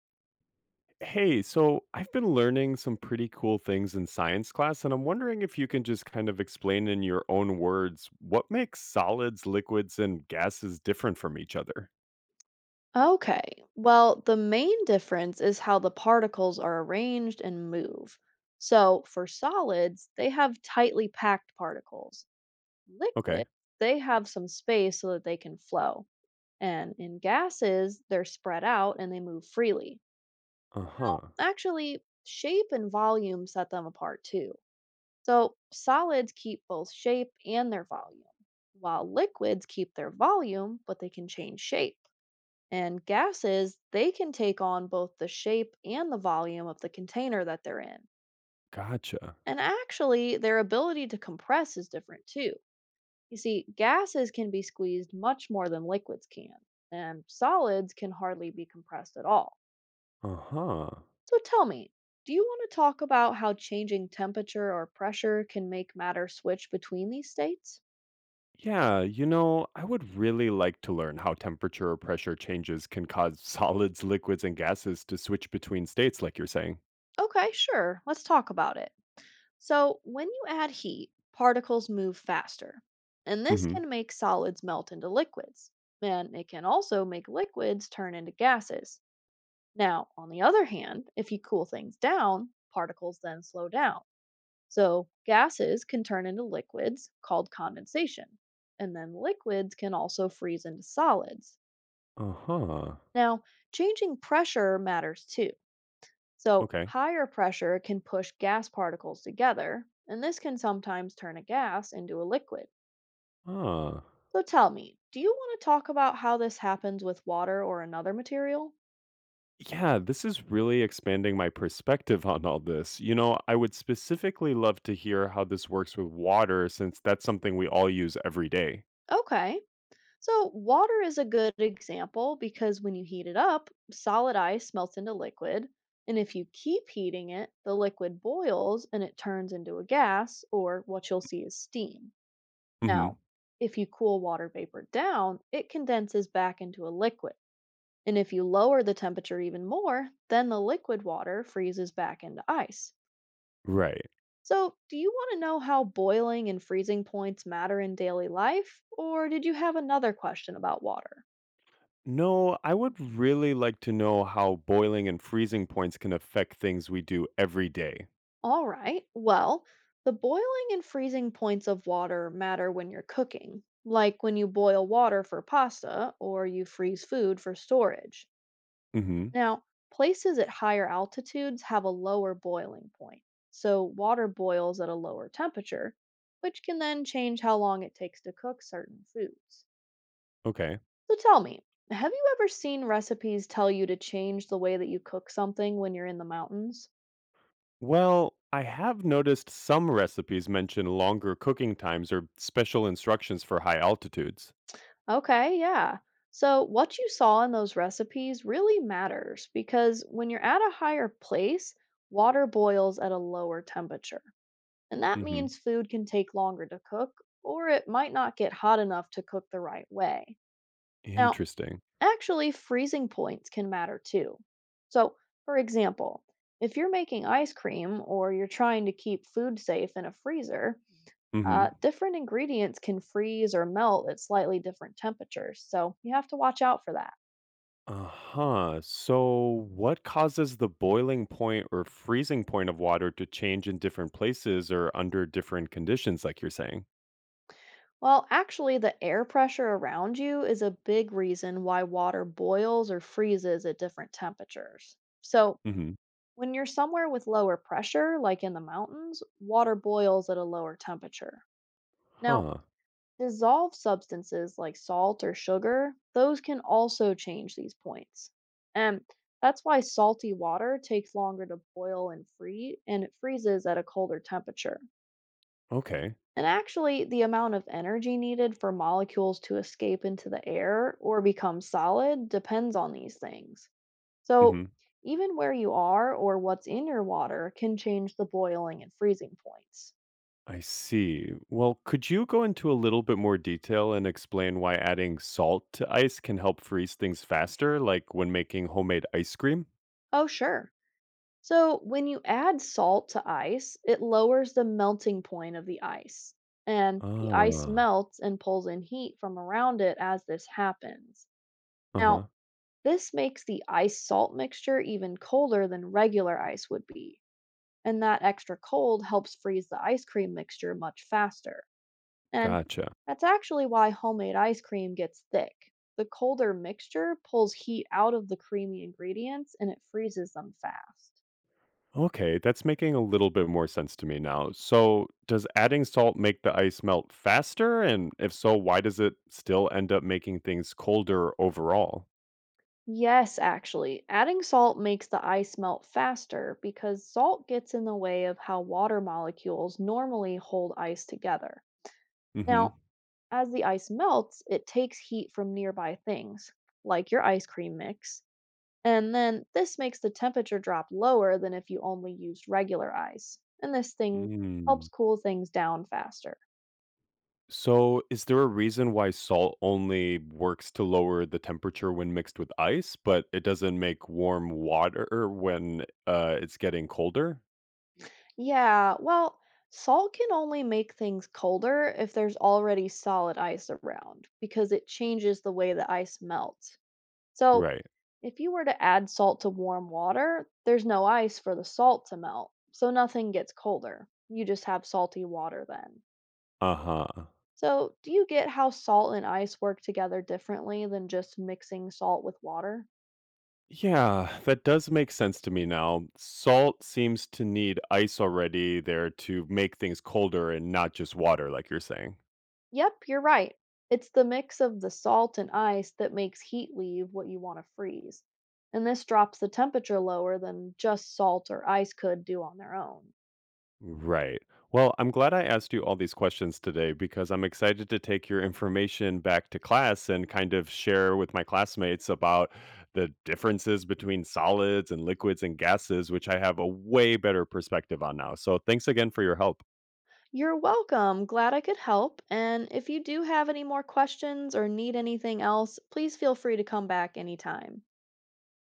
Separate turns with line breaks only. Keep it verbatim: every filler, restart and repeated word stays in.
Hey, so I've been learning some pretty cool things in science class, and I'm wondering if you can just kind of explain in your own words what makes solids, liquids, and gases different from each other.
Okay, well, the main difference is how the particles are arranged and move. So, for solids, they have tightly packed particles. Liquids,
Okay.
they have some space so that they can flow. And in gases, they're spread out and they move freely.
Uh huh.
Actually, shape and volume set them apart too. So, solids keep both shape and their volume, while liquids keep their volume, but they can change shape. And gases, they can take on both the shape and the volume of the container that they're in.
Gotcha.
And actually, their ability to compress is different too. You see, gases can be squeezed much more than liquids can, and solids can hardly be compressed at all.
Uh huh.
So tell me, do you want to talk about how changing temperature or pressure can make matter switch between these states?
Yeah, you know, I would really like to learn how temperature or pressure changes can cause solids, liquids, and gases to switch between states, like you're saying.
Okay, sure, let's talk about it. So, when you add heat, particles move faster, and
Mm
this
hmm.
can make solids melt into liquids, and it can also make liquids turn into gases. Now, on the other hand, if you cool things down, particles then slow down. So, gases can turn into liquids called condensation, and then liquids can also freeze into solids.
Uh huh.
Now, changing pressure matters too. So,
Okay.
higher pressure can push gas particles together, and this can sometimes turn a gas into a liquid.
Ah.
So, tell me, do you want to talk about how this happens with water or another material?
Yeah, this is really expanding my perspective on all this. You know, I would specifically love to hear how this works with water since that's something we all use every day.
Okay, so water is a good example because when you heat it up, solid ice melts into liquid, and if you keep heating it, the liquid boils and it turns into a gas, or what you'll see as steam.
Mm-hmm.
Now, if you cool water vapor down, it condenses back into a liquid. And if you lower the temperature even more, then the liquid water freezes back into ice.
Right.
So, do you want to know how boiling and freezing points matter in daily life, or did you have another question about water?
No, I would really like to know how boiling and freezing points can affect things we do every day.
All right, well, the boiling and freezing points of water matter when you're cooking, like when you boil water for pasta or you freeze food for storage.
Mm-hmm.
Now, places at higher altitudes have a lower boiling point, so water boils at a lower temperature, which can then change how long it takes to cook certain foods.
Okay.
So tell me, have you ever seen recipes tell you to change the way that you cook something when you're in the mountains?
Well, I have noticed some recipes mention longer cooking times or special instructions for high altitudes.
Okay, yeah. So, what you saw in those recipes really matters because when you're at a higher place, water boils at a lower temperature, and that
Mm-hmm.
means food can take longer to cook, or it might not get hot enough to cook the right way. Now,
Interesting.
actually, freezing points can matter too. So, for example, if you're making ice cream or you're trying to keep food safe in a freezer,
Mm-hmm.
uh, different ingredients can freeze or melt at slightly different temperatures, so you have to watch out for that.
Uh-huh. So what causes the boiling point or freezing point of water to change in different places or under different conditions, like you're saying?
Well, actually, the air pressure around you is a big reason why water boils or freezes at different temperatures. So,
Mm-hmm.
when you're somewhere with lower pressure, like in the mountains, water boils at a lower temperature. Now,
Huh.
dissolved substances like salt or sugar, those can also change these points. And that's why salty water takes longer to boil and free, and it freezes at a colder temperature.
Okay.
And actually, the amount of energy needed for molecules to escape into the air or become solid depends on these things. So,
Mm-hmm.
even where you are or what's in your water can change the boiling and freezing points.
I see. Well, could you go into a little bit more detail and explain why adding salt to ice can help freeze things faster, like when making homemade ice cream?
Oh, sure. So, when you add salt to ice, it lowers the melting point of the ice. And the ice
Ah,
melts and pulls in heat from around it as this happens. Now,
uh-huh.
this makes the ice salt mixture even colder than regular ice would be, and that extra cold helps freeze the ice cream mixture much faster. And
Gotcha.
that's actually why homemade ice cream gets thick. The colder mixture pulls heat out of the creamy ingredients and it freezes them fast.
Okay, that's making a little bit more sense to me now. So, does adding salt make the ice melt faster? And if so, why does it still end up making things colder overall?
Yes, actually, adding salt makes the ice melt faster because salt gets in the way of how water molecules normally hold ice together.
Mm-hmm.
Now, as the ice melts, it takes heat from nearby things, like your ice cream mix, and then this makes the temperature drop lower than if you only used regular ice. And this thing
Mm.
helps cool things down faster.
So, is there a reason why salt only works to lower the temperature when mixed with ice, but it doesn't make warm water when uh, it's getting colder?
Yeah, well, salt can only make things colder if there's already solid ice around because it changes the way the ice melts. So,
Right.
if you were to add salt to warm water, there's no ice for the salt to melt, so nothing gets colder. You just have salty water then.
Uh huh.
So, do you get how salt and ice work together differently than just mixing salt with water?
Yeah, that does make sense to me now. Salt seems to need ice already there to make things colder and not just water, like you're saying.
Yep, you're right. It's the mix of the salt and ice that makes heat leave what you want to freeze. And this drops the temperature lower than just salt or ice could do on their own.
Right. Well, I'm glad I asked you all these questions today because I'm excited to take your information back to class and kind of share with my classmates about the differences between solids and liquids and gases, which I have a way better perspective on now. So, thanks again for your help.
You're welcome. Glad I could help. And if you do have any more questions or need anything else, please feel free to come back anytime.